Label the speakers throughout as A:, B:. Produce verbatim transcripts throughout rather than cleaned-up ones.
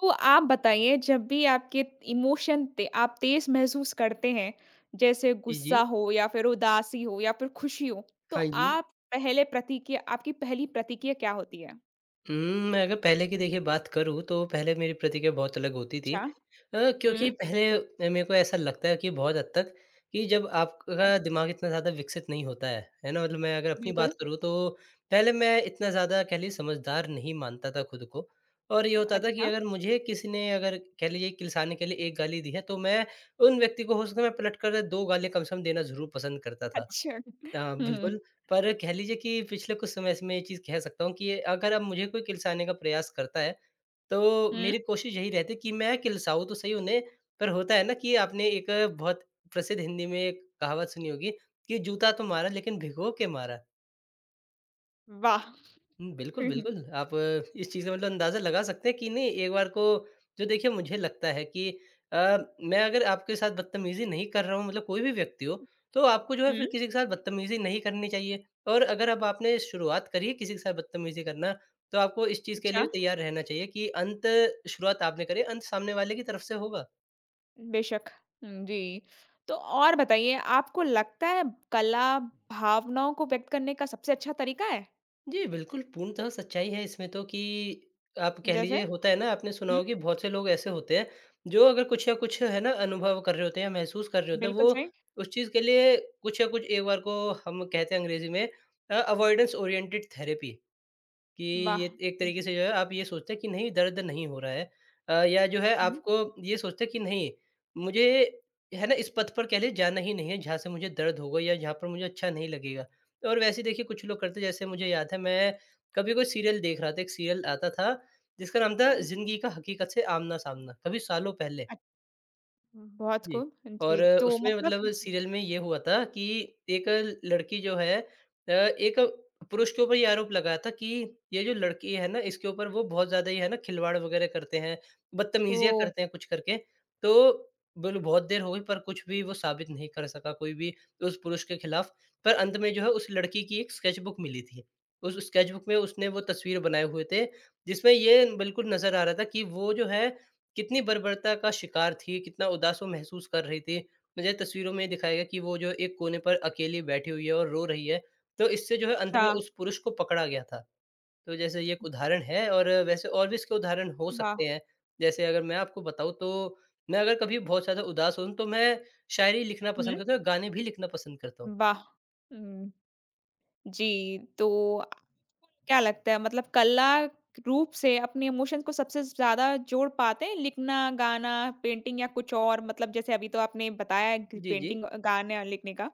A: तो आप बताइए जब भी आपके इमोशन ते आप तेज महसूस करते हैं, जैसे
B: जी,
A: गुस्सा
B: जी।
A: हो या फिर उदासी हो या फिर खुशी हो, तो
B: हाँ जी।
A: आप पहले प्रतिक्रिया आपकी पहली प्रतिक्रिया क्या होती है?
B: हुँ, मैं अगर पहले की देखिए बात करूँ तो पहले मेरी प्रतिक्रिया बहुत अलग होती थी।
A: अच्छा।
B: अ,
A: हुँ।
B: क्योंकि पहले अ, मेरे को ऐसा लगता है कि बहुत हद तक कि जब
A: अ,
B: आपका दिमाग इतना ज़्यादा विकसित नहीं होता है, है ना? मतलब मैं अगर अपनी
A: बिल्कुल।
B: बात करूँ तो पहले मैं इतना ज़्यादा कह लीजिए समझदार नहीं मानता था खुद को। और ये होता था कि
A: अच्छा।
B: अगर मुझे किसी ने अगर कह लीजिए किलसाने के लिए एक गाली दी है तो मैं उन व्यक्ति को हो सकता है मैं पलट कर दो गालियाँ कम से कम देना ज़रूर पसंद करता था।
A: अच्छा।
B: अ, बिल्कुल।
A: हुँ,
B: पर कह लीजिए कि पिछले कुछ समय से मैं ये चीज़ कह सकता हूँ कि अगर अब मुझे कोई किलसाने का प्रयास करता है, तो
A: हुँ,
B: मेरी कोशिश यही रहती है कि मैं किलसाऊँ तो सही उन्हें, पर होता है ना कि आपने एक बहुत प्रसिद्ध हिंदी में एक कहावत सुनी होगी कि जूता तो मारा लेकिन भिगो के मारा।
A: वाह!
B: हुँ, बिल्कुल, बिल्कुल। आप इस चीज़ का मतलब अंदाज़ा लगा सकते हैं कि नहीं एक बार को जो देखिए मुझे लगता है कि अ, मैं अगर आपके साथ बदतमीज़ी नहीं कर रहा हूँ मतलब कोई भी व्यक्ति हो, तो आपको जो है
A: हुँ।
B: फिर किसी के साथ बदतमीज़ी नहीं करनी चाहिए। और अगर अब आपने शुरुआत करी है किसी के साथ बदतमीज़ी करना, तो आपको इस चीज़ के लिए
A: अच्छा।
B: भी तैयार रहना चाहिए कि अंत शुरुआत आपने करी, अंत सामने वाले की तरफ से होगा।
A: बेशक। हुँ, जी। तो और बताइए आपको लगता है कला भावनाओं को व्यक्त करने का सबसे अच्छा तरीका है?
B: जी, बिल्कुल, पूर्णतः सच्चाई है इसमें तो कि आप कह
A: जैसे?
B: लीजिए होता है ना आपने सुना
A: हुँ,
B: होगा कि बहुत से लोग ऐसे होते हैं, जो अगर कुछ या कुछ है ना अनुभव कर रहे होते हैं, या महसूस कर रहे होते हैं,
A: बिल्कुल
B: वो
A: सही,
B: उस चीज़ के लिए कुछ या कुछ एक बार को हम कहते हैं अंग्रेज़ी में अ, अवॉइडेंस ओरिएंटेड थेरेपी कि ये
A: वाह!
B: एक
A: हुँ।
B: तरीके से जो है आप ये सोचते हैं कि नहीं दर्द नहीं हो रहा है। अ, या जो है
A: हुँ।
B: आपको ये सोचते हैं कि नहीं मुझे है ना इस पथ पर कह लिए जाना ही नहीं है जहाँ से मुझे दर्द होगा या जहाँ पर मुझे अच्छा नहीं लगेगा। और वैसे ही देखिए कुछ लोग करते जैसे मुझे याद है मैं कभी कोई सीरियल देख रहा था, एक सीरियल आता था जिसका नाम था
A: अरे!
B: ज़िंदगी का हकीकत से आमना-सामना, कभी सालों पहले।
A: अच बहुत
B: जी,
A: खूब। जी,
B: और
A: तो
B: उसमें
A: मतलब
B: मतलब सीरियल में ये हुआ था कि एक लड़की जो है अ, एक पुरुष के ऊपर ये आरोप लगाया था कि ये जो लड़की है ना, इसके ऊपर वो बहुत ज़्यादा ही है ना खिलवाड़ वग़ैरह करते हैं, बदतमीज़ियाँ
A: ओह!
B: करते हैं कुछ करके। तो बोलो बहुत देर हो गई पर कुछ भी वो साबित नहीं कर सका कोई भी उस पुरुष के खिलाफ़। पर अंत में जो है उस लड़की की एक स्केच बुक मिली थी। उस स्केच बुक में उसने वो तस्वीर बनाए हुए थे, जिसमें ये बिल्कुल नज़र आ रहा था कि वो जो है कितनी बर्बरता का शिकार थी, कितना उदास वो महसूस कर रही थी। मुझे तस्वीरों में दिखाया गया कि वो जो एक कोने पर अकेली बैठी हुई है और रो रही है। तो इससे जो है अंत
A: अच्छा।
B: में उस पुरुष को पकड़ा गया था। तो जैसे ये एक उदाहरण है और वैसे और भी इसके उदाहरण हो
A: वाह!
B: सकते हैं। जैसे अगर मैं आपको बताऊँ तो मैं अगर कभी बहुत ज़्यादा उदास हूँ तो मैं शायरी लिखना
A: हुँ,
B: पसंद करता हूँ, गाने भी लिखना पसंद करता हूँ।
A: वाह! हुँ। जी, तो आपको क्या लगता है मतलब कला रूप से अपने इमोशंस को सबसे ज़्यादा जोड़ पाते हैं, लिखना, गाना, पेंटिंग या कुछ और? मतलब जैसे अभी तो आपने बताया कि
B: जी, जी।
A: पेंटिंग, गाना लिखने का।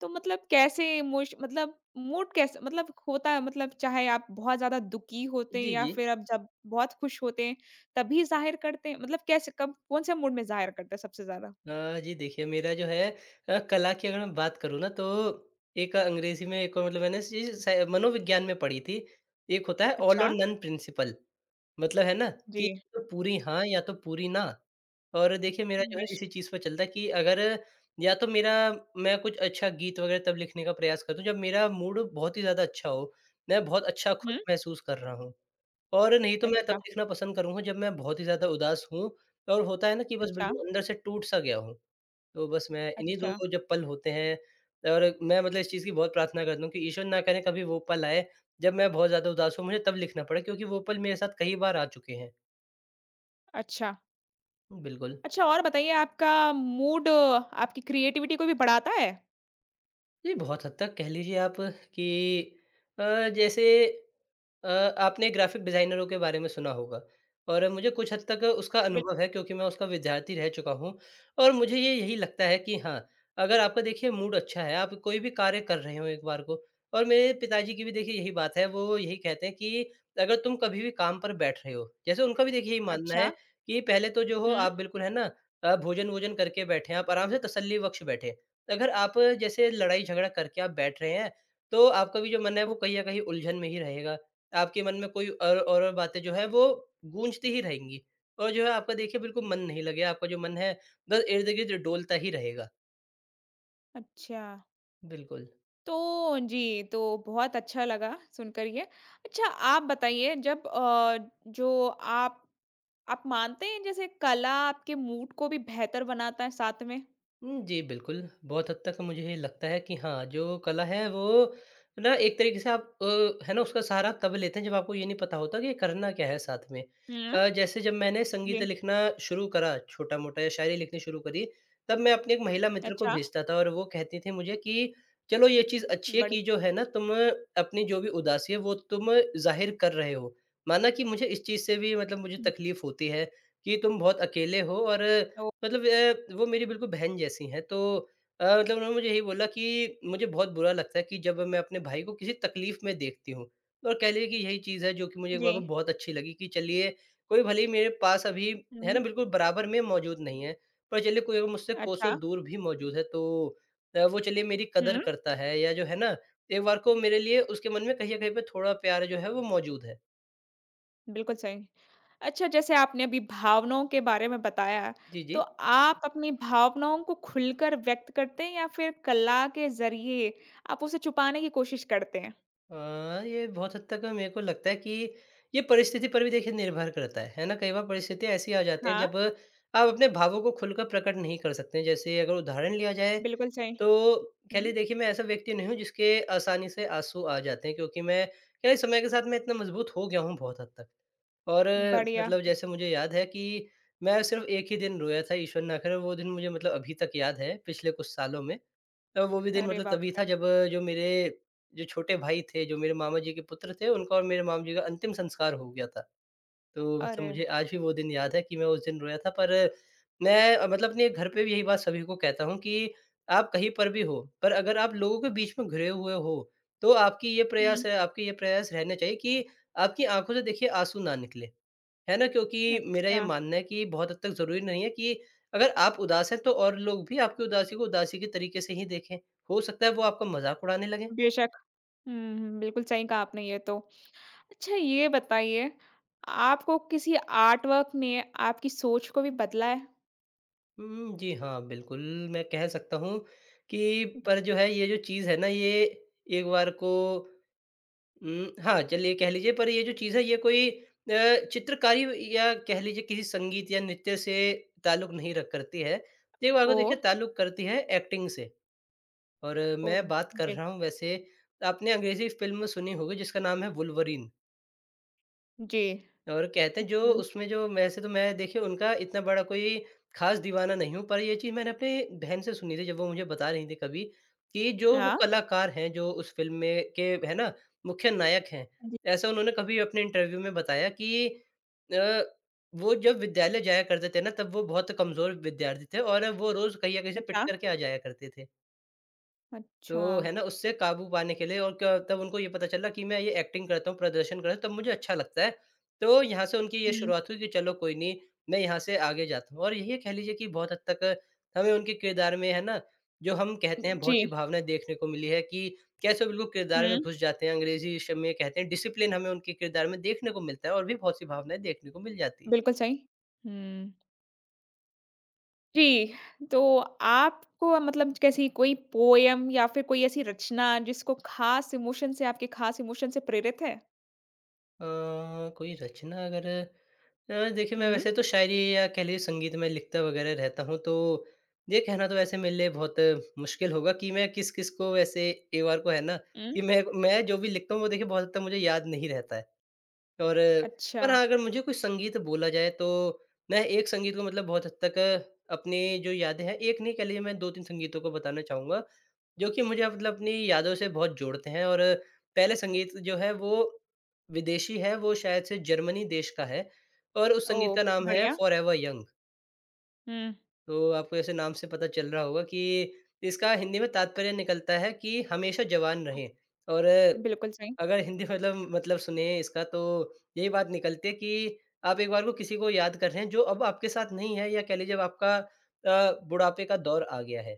A: तो मतलब कैसे इमोश मतलब मूड कैसे मतलब होता है मतलब चाहे आप बहुत ज़्यादा दुखी होते हैं
B: जी,
A: या
B: जी।
A: फिर आप जब बहुत खुश होते हैं, तभी ज़ाहिर करते हैं? मतलब कैसे कब कौन-से मूड में ज़ाहिर करते हैं सबसे ज़्यादा?
B: अ, जी देखिए मेरा जो है अ, कला की अगर मैं बात करूँ ना तो एक अंग्रेज़ी में एक और मतलब मैंने सी स मनोविज्ञान में पढ़ी थी। एक होता है ऑल और
A: अच्छा।
B: Non principle. मतलब है ना
A: जी।
B: कि या तो पूरी हाँ, या तो पूरी ना। और देखिए मेरा जो है
A: बेश
B: इसी चीज़ पे चलता है कि अगर या तो मेरा मैं कुछ अच्छा गीत वगैरह तब लिखने का प्रयास करता हूँ जब मेरा मूड बहुत ही ज़्यादा अच्छा हो, मैं बहुत अच्छा खुद
A: हुँ।
B: महसूस कर रहा हूँ। और नहीं तो मैं
A: अच्छा।
B: तब लिखना पसंद करूँगा जब मैं बहुत ही ज़्यादा उदास हूँ और होता है ना कि बस
A: अच्छा।
B: बिल्कुल अंदर से टूट-सा गया हूँ। तो बस मैं इन्हीं
A: अच्छा।
B: दो जब पल होते हैं और मैं मतलब इस चीज़ की बहुत प्रार्थना करता हूँ कि ईश्वर ना करे कभी वो पल आए, जब मैं बहुत ज़्यादा उदास हूँ, मुझे तब लिखना पड़े क्योंकि वो पल मेरे साथ कई बार आ चुके हैं।
A: अच्छा।
B: बिल्कुल।
A: अच्छा और बताइए आपका मूड अ, आपकी क्रिएटिविटी को भी बढ़ाता है?
B: जी, बहुत हद तक कह लीजिए आप कि अ, जैसे अ, आपने ग्राफ़िक डिज़ाइनरों के बारे में सुना होगा और मुझे कुछ हद तक उसका
A: बिल
B: अनुभव है क्योंकि मैं उसका विद्यार्थी रह चुका हूँ और मुझे ये यही लगता है कि हाँ, अगर आपका देखिए मूड अच्छा है, आप कोई भी कार्य कर रहे हो एक बार को और मेरे पिताजी की भी देखिए यही बात है, वो यही कहते हैं कि अगर तुम कभी भी काम पर बैठ रहे हो, जैसे उनका भी देखिए यही मानना है
A: अच्छा।
B: कि पहले तो जो हो
A: हुँ।
B: आप बिल्कुल है ना अ, भोजन-वोजन करके बैठें, आप आराम से तसल्ली बख्श बैठें। तो अगर आप जैसे लड़ाई झगड़ा करके आप बैठ रहे हैं, तो आपका भी जो मन है
A: ओ
B: वो कहीं न कहीं उलझन में ही रहेगा। आपके मन में कोई और और बातें जो है वो गूँजती ही रहेंगी और जो है आपका देखिए बिल्कुल मन नहीं लगेगा, आपका जो मन है बस इर्द-गिर्द डोलता ही रहेगा।
A: अच्छा।
B: बिल्कुल।
A: तो जी, तो बहुत अच्छा लगा सुनकर ये। अच्छा आप बताइए जब अ, जो आप आप मानते हैं जैसे कला आपके मूड को भी बेहतर बनाता है साथ में?
B: हुँ, जी, बिल्कुल। बहुत हद तक मुझे लगता है कि हाँ, जो कला है वो ना एक तरीके से आप अ, है ना उसका सहारा तब लेते हैं जब आपको ये नहीं पता होता कि करना क्या है साथ में।
A: हुँ,
B: अ, जैसे जब मैंने
A: जी।
B: संगीत लिखना शुरू करा छोटा-मोटा या शायरी लिखनी शुरू करी, तब मैं अपनी एक महिला मित्र को
A: अच्छा।
B: भेजता था और वो कहती थी मुझे कि चलो ये चीज़ अच्छी है
A: बड़ी
B: कि जो है ना तुम अपनी जो भी उदासी है वो तुम ज़ाहिर कर रहे हो। माना कि मुझे इस चीज़ से भी मतलब मुझे
A: हुँ,
B: तकलीफ़ होती है कि तुम बहुत अकेले हो और
A: ओ
B: मतलब अ, वो मेरी बिल्कुल बहन जैसी हैं तो अ, मतलब उन्होंने मुझे यही बोला कि मुझे बहुत बुरा लगता है कि जब मैं अपने भाई को किसी तकलीफ़ में देखती हूँ। और कह लीजिए कि यही चीज़ है जो कि मुझे
A: जी।
B: वहाँ पे बहुत अच्छी लगी कि चलिए कोई भले ही मेरे पास अभी है
A: हुँ,
B: ना बिल्कुल बराबर में मौजूद नहीं है। पर चलिए कोई अगर मुझसे
A: अच्छा।
B: कोसों दूर भी मौजूद है तो अ, वो चलिए मेरी कदर
A: हुँ।
B: करता है या जो है ना एक बार को मेरे लिए उसके मन में कहीं न कहीं पे थोड़ा प्यार जो है वो मौजूद है।
A: बिल्कुल सही। अच्छा जैसे आपने अभी भावनाओं के बारे में बताया,
B: जी,
A: तो
B: जी।
A: आप अपनी भावनाओं को खुलकर व्यक्त करते हैं या फिर कला के ज़रिए आप उसे छुपाने की कोशिश करते हैं?
B: अ, ये बहुत हद तक मेरे को लगता है कि ये परिस्थिति पर भी देखिए निर्भर करता है, है ना? कई बार परिस्थितियाँ ऐसी आ जाती हैं
A: हाँ,
B: जब आप अपने भावों को खुलकर प्रकट नहीं कर सकते हैं। जैसे अगर उदाहरण लिया जाए
A: बिल्कुल सही।
B: तो कह
A: हुँ,
B: लीजिए देखिए मैं ऐसा व्यक्ति नहीं हूँ जिसके आसानी से आँसू आ जाते हैं क्योंकि मैं कह लीजिए समय के साथ मैं इतना मजबूत हो गया हूँ बहुत हद तक। और अ,
A: बढ़िया।
B: मतलब जैसे मुझे याद है कि मैं सिर्फ़ एक ही दिन रोया था ईश्वर ना करे वो दिन मुझे मतलब अभी तक याद है पिछले कुछ सालों में। तब वो भी दिन
A: अरे
B: मतलब
A: बाप
B: तभी
A: रे!
B: था जब जो मेरे जो छोटे भाई थे, जो मेरे मामा जी के पुत्र थे, उनका और मेरे मामा जी का अंतिम संस्कार हो गया था। तो मतलब
A: अरे!
B: मुझे आज भी वो दिन याद है कि मैं उस दिन रोया था पर मैं अ, मतलब अपने घर पे भी यही बात सभी को कहता हूँ कि आप कहीं पर भी हो, पर अगर आप लोगों के बीच में घिरे हुए हो, तो आपकी ये
A: हुँ।
B: प्रयास है आपके ये प्रयास रहने चाहिए कि आपकी आँखों से देखिए आँसू ना निकले। है ना? क्योंकि मेरा ये
A: अच्छा।
B: मानना है कि बहुत हद तक ज़रूरी नहीं है कि अगर आप उदास हैं तो और लोग भी आपकी उदासी को उदासी के तरीके से ही देखें। हो सकता है वो आपका मज़ाक उड़ाने लगें।
A: बेशक। हुँ, हुँ, बिल्कुल सही कहा आपने ये तो। अच्छा ये बताइए, आपको किसी आर्टवर्क ने आपकी सोच को भी बदला है?
B: हुँ, जी हाँ, बिल्कुल। मैं कह सकता हूँ कि पर जो है ये जो चीज़ है ना, ये एक बार को, उम, हाँ, चलिए कह लीजिए, पर ये जो चीज़ है, ये कोई अ, चित्रकारी या कह लीजिए किसी संगीत या नृत्य से ताल्लुक नहीं रख करती है। ये बात को
A: ओह!
B: देखिए ताल्लुक करती है एक्टिंग से। और मैं
A: ओह!
B: बात कर
A: जी,
B: रहा हूँ, वैसे आपने अंग्रेज़ी फ़िल्म सुनी होगी जिसका नाम है वुल्वरीन।
A: जी।
B: और कहते हैं जो
A: हुँ,
B: उसमें, जो वैसे तो मैं देखिए उनका इतना बड़ा कोई ख़ास दीवाना नहीं हूँ, पर ये चीज़ मैंने अपनी बहन से सुनी थी, जब वो मुझे बता रही थी कभी, कि जो वो
A: हाँ।
B: कलाकार हैं, जो उस फ़िल्म में के है ना मुख्य नायक हैं,
A: हाँ जी,
B: ऐसा उन्होंने कभी अपने इंटरव्यू में बताया कि अ, वो जब विद्यालय जाया करते थे ना, तब वो बहुत कमज़ोर विद्यार्थी थे और वो रोज़ कहीं न कहीं से पिट
A: अच्छा।
B: कर के आ जाया करते थे।
A: अच्छा।
B: तो है ना, उससे काबू पाने के लिए और क्या, तब उनको ये पता चला कि मैं ये एक्टिंग करता हूँ, प्रदर्शन करता हूँ, तब मुझे अच्छा लगता है। तो यहाँ से उनकी ये
A: हुँ।
B: शुरुआत हुई कि चलो कोई नहीं, मैं यहाँ से आगे जाता हूँ, और ये कह लीजिए कि बहुत हद तक हमें उनके किरदार में है ना, जो हम कहते हैं
A: जी,
B: बहुत सी भावनाएँ देखने को मिली है कि कैसे वो बिल्कुल किरदार
A: हुँ।
B: में घुस जाते हैं, अंग्रेज़ी श में कहते हैं डिसिप्लिन हमें उनके किरदार में देखने को मिलता है, और भी बहुत सी भावनाएँ देखने को मिल जाती है।
A: बिल्कुल सही। हुँ। जी, तो आपको मतलब कैसी कोई पोएम या फिर कोई ऐसी रचना जिसको खास इमोशन से आपके खास इमोशन से प्रेरित है?
B: अ, कोई रचना अगर। अ, देखिए, मैं
A: हुँ,
B: वैसे तो शायरी या कह लीजिए संगीत में लिखता वगैरह रहता हूँ, तो ये कहना तो वैसे मेरे लिए बहुत मुश्किल होगा कि मैं किस-किस को, वैसे एक बार को है ना,
A: हुँ।
B: कि मैं मैं जो भी लिखता हूँ, वो देखिए बहुत हद तक मुझे याद नहीं रहता है। और
A: अच्छा।
B: पर हाँ, अगर मुझे कोई संगीत बोला जाए तो मैं एक संगीत को मतलब बहुत हद तक अपनी जो यादें हैं, एक नहीं, कह लीजिए मैं दो तीन संगीतों को बताना चाहूँगा, जो कि मुझे मतलब अपनी यादों से बहुत जोड़ते हैं। और पहले संगीत जो है वो विदेशी है, वो शायद से जर्मनी देश का है और उस संगीत
A: ओह!
B: का नाम है
A: बढ़िया।
B: Forever young.
A: हुँ,
B: तो आपको ऐसे नाम से पता चल रहा होगा कि इसका हिंदी में तात्पर्य निकलता है कि हमेशा जवान रहें। और
A: बिल्कुल सही।
B: अगर हिंदी मतलब मतलब सुने इसका, तो यही बात निकलती है कि आप एक बार को किसी को याद कर रहे हैं, जो अब आपके साथ नहीं है, या कह लीजिए अब आपका अ, बुढ़ापे का दौर आ गया है।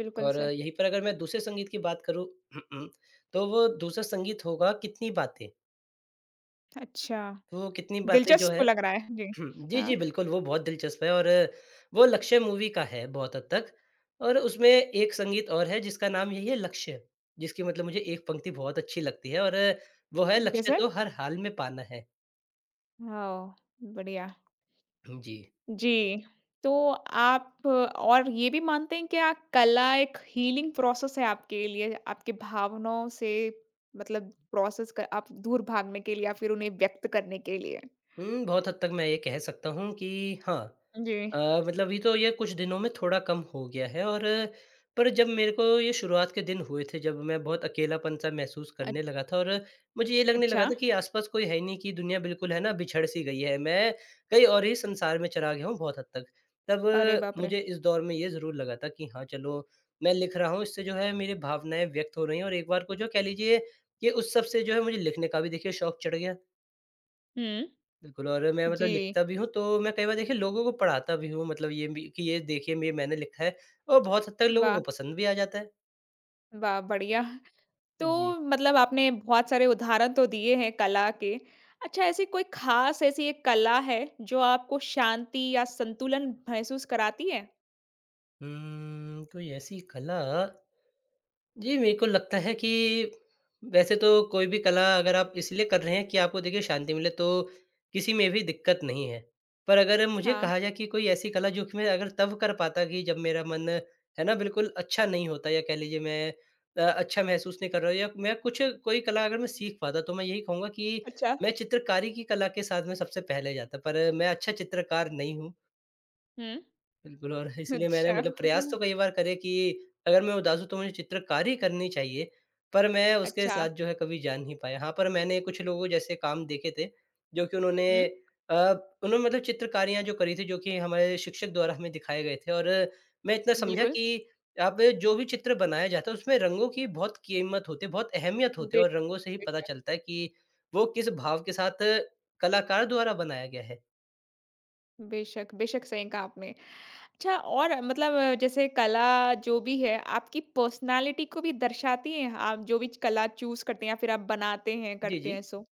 A: बिल्कुल
B: और
A: सही।
B: यहीं पर अगर मैं दूसरे संगीत की बात करूँ, तो वो दूसरा संगीत होगा कितनी बातें।
A: अच्छा,
B: वो कितनी बातें जो
A: दिलचस्प
B: है,
A: लग रहा है। जी,
B: जी,
A: हाँ,
B: जी, बिल्कुल, वो बहुत दिलचस्प है, और वो लक्ष्य मूवी का है बहुत हद तक। और उसमें एक संगीत और है जिसका नाम यही है लक्ष्य, जिसकी मतलब मुझे एक पंक्ति बहुत अच्छी लगती है, और वो है, लक्ष्य
A: जैसे?
B: तो हर हाल में पाना है।
A: हाँ, बढ़िया।
B: जी।
A: जी, तो आप और ये भी मानते हैं क्या कला एक हीलिंग प्रोसेस है आपके लिए? आपके भावनाओं से मतलब प्रोसेस क आप दूर भागने के लिए या फिर उन्हें व्यक्त करने के लिए?
B: हुँ, बहुत हद तक मैं ये कह सकता हूँ कि हाँ। अ,
A: जी,
B: मतलब अभी तो ये कुछ दिनों में थोड़ा कम हो गया है, और पर जब मेरे को ये शुरुआत के दिन हुए थे, जब मैं बहुत अकेलापन-सा महसूस
A: अ
B: करने लगा था, और मुझे ये लगने
A: अच्छा,
B: लगा था कि आस-पास कोई है ही नहीं, कि दुनिया बिल्कुल है ना बिछड़-सी गई है। मैं कहीं और ही संसार में चला गया हूँ बहुत हद तक।
A: अरे
B: तब
A: बाप रे!
B: मुझे इस दौर में ये ज़रूर लगा था कि हाँ, चलो मैं लिख रहा हूँ, इससे जो है मेरी भावनाएँ व्यक्त हो रही हैं, और एक बार को जो, कह लीजिए कि उस सब से जो है मुझे लिखने का भी देखिए शौक चढ़ गया।
A: हुँ,
B: बिल्कुल। और मैं मतलब
A: जी,
B: लिखता भी हूँ, तो मैं कई बार देखिए लोगों को पढ़ाता भी हूँ, मतलब ये भी कि ये देखिए ये मैंने लिखा है, और बहुत हद तक लोगों
A: वाह!
B: को पसंद भी आ जाता है।
A: वाह! बढ़िया। तो
B: जी।
A: मतलब आपने बहुत सारे उदाहरण तो दिए हैं कला के। अच्छा ऐसी कोई खास ऐसी एक कला है जो आपको शांति या संतुलन महसूस कराती है?
B: उम्म, कोई ऐसी कला। जी, मेरे को लगता है कि वैसे तो कोई भी कला अगर आप इसलिए कर रहे हैं कि आपको देखिए शांति मिले, तो किसी में भी दिक्कत नहीं है। पर अगर मुझे
A: हाँ।
B: कहा जाए कि कोई ऐसी कला जो कि मैं अगर तब कर पाता कि जब मेरा मन है ना बिल्कुल अच्छा नहीं होता, या कह लीजिए मैं अ, अच्छा महसूस नहीं कर रहा हूँ, या मैं कुछ, कोई कला अगर मैं सीख पाता, तो मैं यही कहूँगा कि
A: अच्छा।
B: मैं चित्रकारी की कला के साथ में सबसे पहले जाता। पर मैं अच्छा चित्रकार नहीं हूँ।
A: हुँ।
B: बिल्कुल। और इसलिए मैंने
A: अच्छा।
B: मतलब प्रयास तो कई बार करे कि अगर मैं उदास हूँ तो मुझे चित्रकारी करनी चाहिए, पर मैं उसके
A: अच्छा।
B: साथ जो है कभी जा नहीं पाया। हाँ, पर मैंने कुछ लोगों जैसे काम देखे थे, जो कि उन्होंने
A: हुँ,
B: अ, उन्होंने मतलब चित्रकारियाँ जो करी थी, जो कि हमारे शिक्षक द्वारा हमें दिखाए गए थे, और मैं इतना समझा
A: बिल्कुल।
B: कि आप जो भी चित्र बनाया जाता है, उसमें रंगों की बहुत कीमत होती है, बहुत अहमियत होती
A: बे
B: है, और रंगों से ही पता
A: बेशक,
B: चलता है कि वो किस भाव के साथ कलाकार द्वारा बनाया गया है।
A: बेशक, बेशक सही कहा आपने। अच्छा और मतलब अ, जैसे कला जो भी है, आपकी पर्सनैलिटी को भी दर्शाती है? आप जो भी कला चूज़ करते हैं या फिर आप बनाते हैं,
B: जी,
A: करते हैं
B: जी।
A: सो?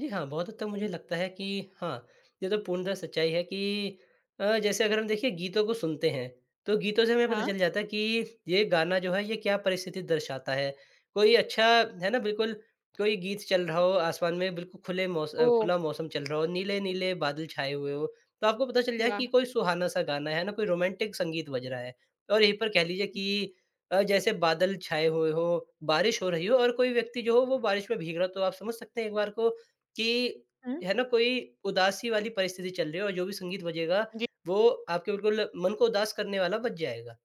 B: जी हाँ, बहुत हद तक मुझे
A: बिल्कुल।
B: लगता है कि हाँ, ये तो पूर्णतः सच्चाई है कि अ, जैसे अगर हम देखिए गीतों को सुनते हैं, तो गीतों से हमें पता
A: हाँ।
B: चल जाता है कि ये गाना जो है ये क्या परिस्थिति दर्शाता है। कोई अच्छा, है ना, बिल्कुल कोई गीत चल रहा हो, आसमान में बिल्कुल खुले मौस अ,
A: ओह!
B: खुला मौसम चल रहा हो, नीले-नीले बादल छाए हुए हो, तो आपको पता चल जाए
A: वाह!
B: कि कोई सुहाना-सा गाना है ना, कोई रोमांटिक संगीत बज रहा है। और यहीं पर कह लीजिए कि अ, जैसे बादल छाए हुए हो, बारिश हो रही हो, और कोई व्यक्ति जो हो वो बारिश में भीग रहा हो, तो आप समझ सकते हैं एक बार को कि
A: हुँ,
B: है ना, कोई उदासी वाली परिस्थिति चल रही है, और जो भी संगीत बजेगा,
A: जी,
B: वो आपके बिल्कुल मन को उदास करने वाला बज जाएगा।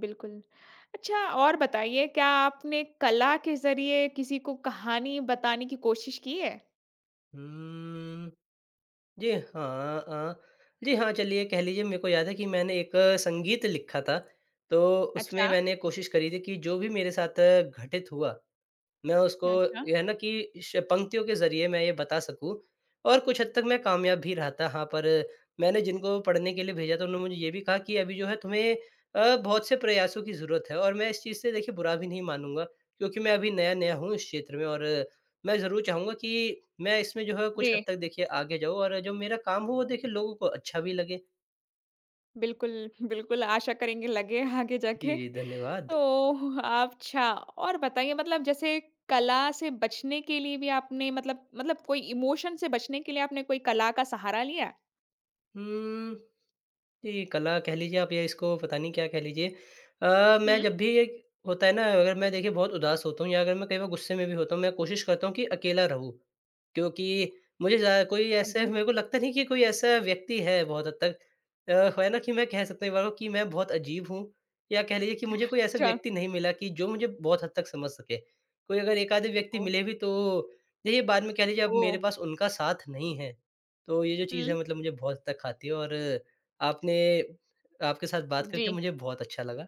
A: बिल्कुल। अच्छा और बताइए क्या आपने कला के ज़रिए किसी को कहानी बताने की कोशिश की है?
B: हुँ। जी, हाँ, अ, जी हाँ, चलिए कह लीजिए, मेरे को याद है कि मैंने एक अ, संगीत लिखा था, तो
A: अच्छा।
B: उसमें मैंने कोशिश करी थी कि जो भी मेरे साथ अ, घटित हुआ, मैं उसको
A: अच्छा।
B: ये है ना, कि श पंक्तियों के ज़रिए मैं ये बता सकूँ, और कुछ हद तक मैं कामयाब भी रहा था। हाँ, पर मैंने जिनको पढ़ने के लिए भेजा था, उन्होंने मुझे ये भी कहा कि अभी जो है तुम्हें अ, बहुत से प्रयासों की ज़रूरत है, और मैं इस चीज़ से देखिए बुरा भी नहीं मानूँगा, क्योंकि मैं अभी नया-नया हूँ इस क्षेत्र में, और मैं ज़रूर चाहूँगा कि मैं इसमें जो है
A: जी।
B: कुछ हद तक देखिए आगे जाऊँ, और जो मेरा काम हो वो देखिए लोगों को अच्छा भी लगे।
A: बिल्कुल, बिल्कुल, आशा करेंगे लगे आगे
B: जी,
A: जाके।
B: धन्यवाद।
A: तो आप, अच्छा और बताइए मतलब जैसे कला से बचने के लिए भी आपने मतलब मतलब कोई इमोशन से बचने के लिए आपने कोई कला का सहारा लिया?
B: हुँ। जी, कला कह लीजिए आप, या इसको पता नहीं क्या कह लीजिए। अ, मैं
A: हुँ।
B: जब भी एक होता है ना, अगर मैं देखिए बहुत उदास होता हूँ, या अगर मैं कई बार गुस्से में भी होता हूँ, मैं कोशिश करता हूँ कि अकेला रहूँ। क्योंकि मुझे ज़्या कोई
A: हाँ
B: ऐसे
A: जी।
B: मेरे को लगता नहीं कि कोई ऐसा व्यक्ति है बहुत हद तक। अ, है ना, कि मैं कह सकता हूँ एक बार को कि मैं बहुत अजीब हूँ, या कह लीजिए कि मुझे कोई ऐसा
A: अच्छा।
B: व्यक्ति नहीं मिला कि जो मुझे बहुत हद तक समझ सके। कोई अगर एक आधे व्यक्ति
A: ओह!
B: मिले भी, तो देखिए बाद में कह लीजिए अब
A: ओह!
B: मेरे पास उनका साथ नहीं है। तो ये जो चीज़
A: हुँ।
B: है मतलब मुझे बहुत हद तक खाती है, और आपने आपके साथ बात
A: जी।
B: करके मुझे बहुत अच्छा लगा।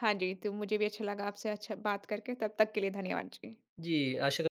A: हाँ जी, तो मुझे भी अच्छा लगा आपसे अच्छा बात करके। तब तक के लिए धन्यवाद। जी।
B: जी, आशा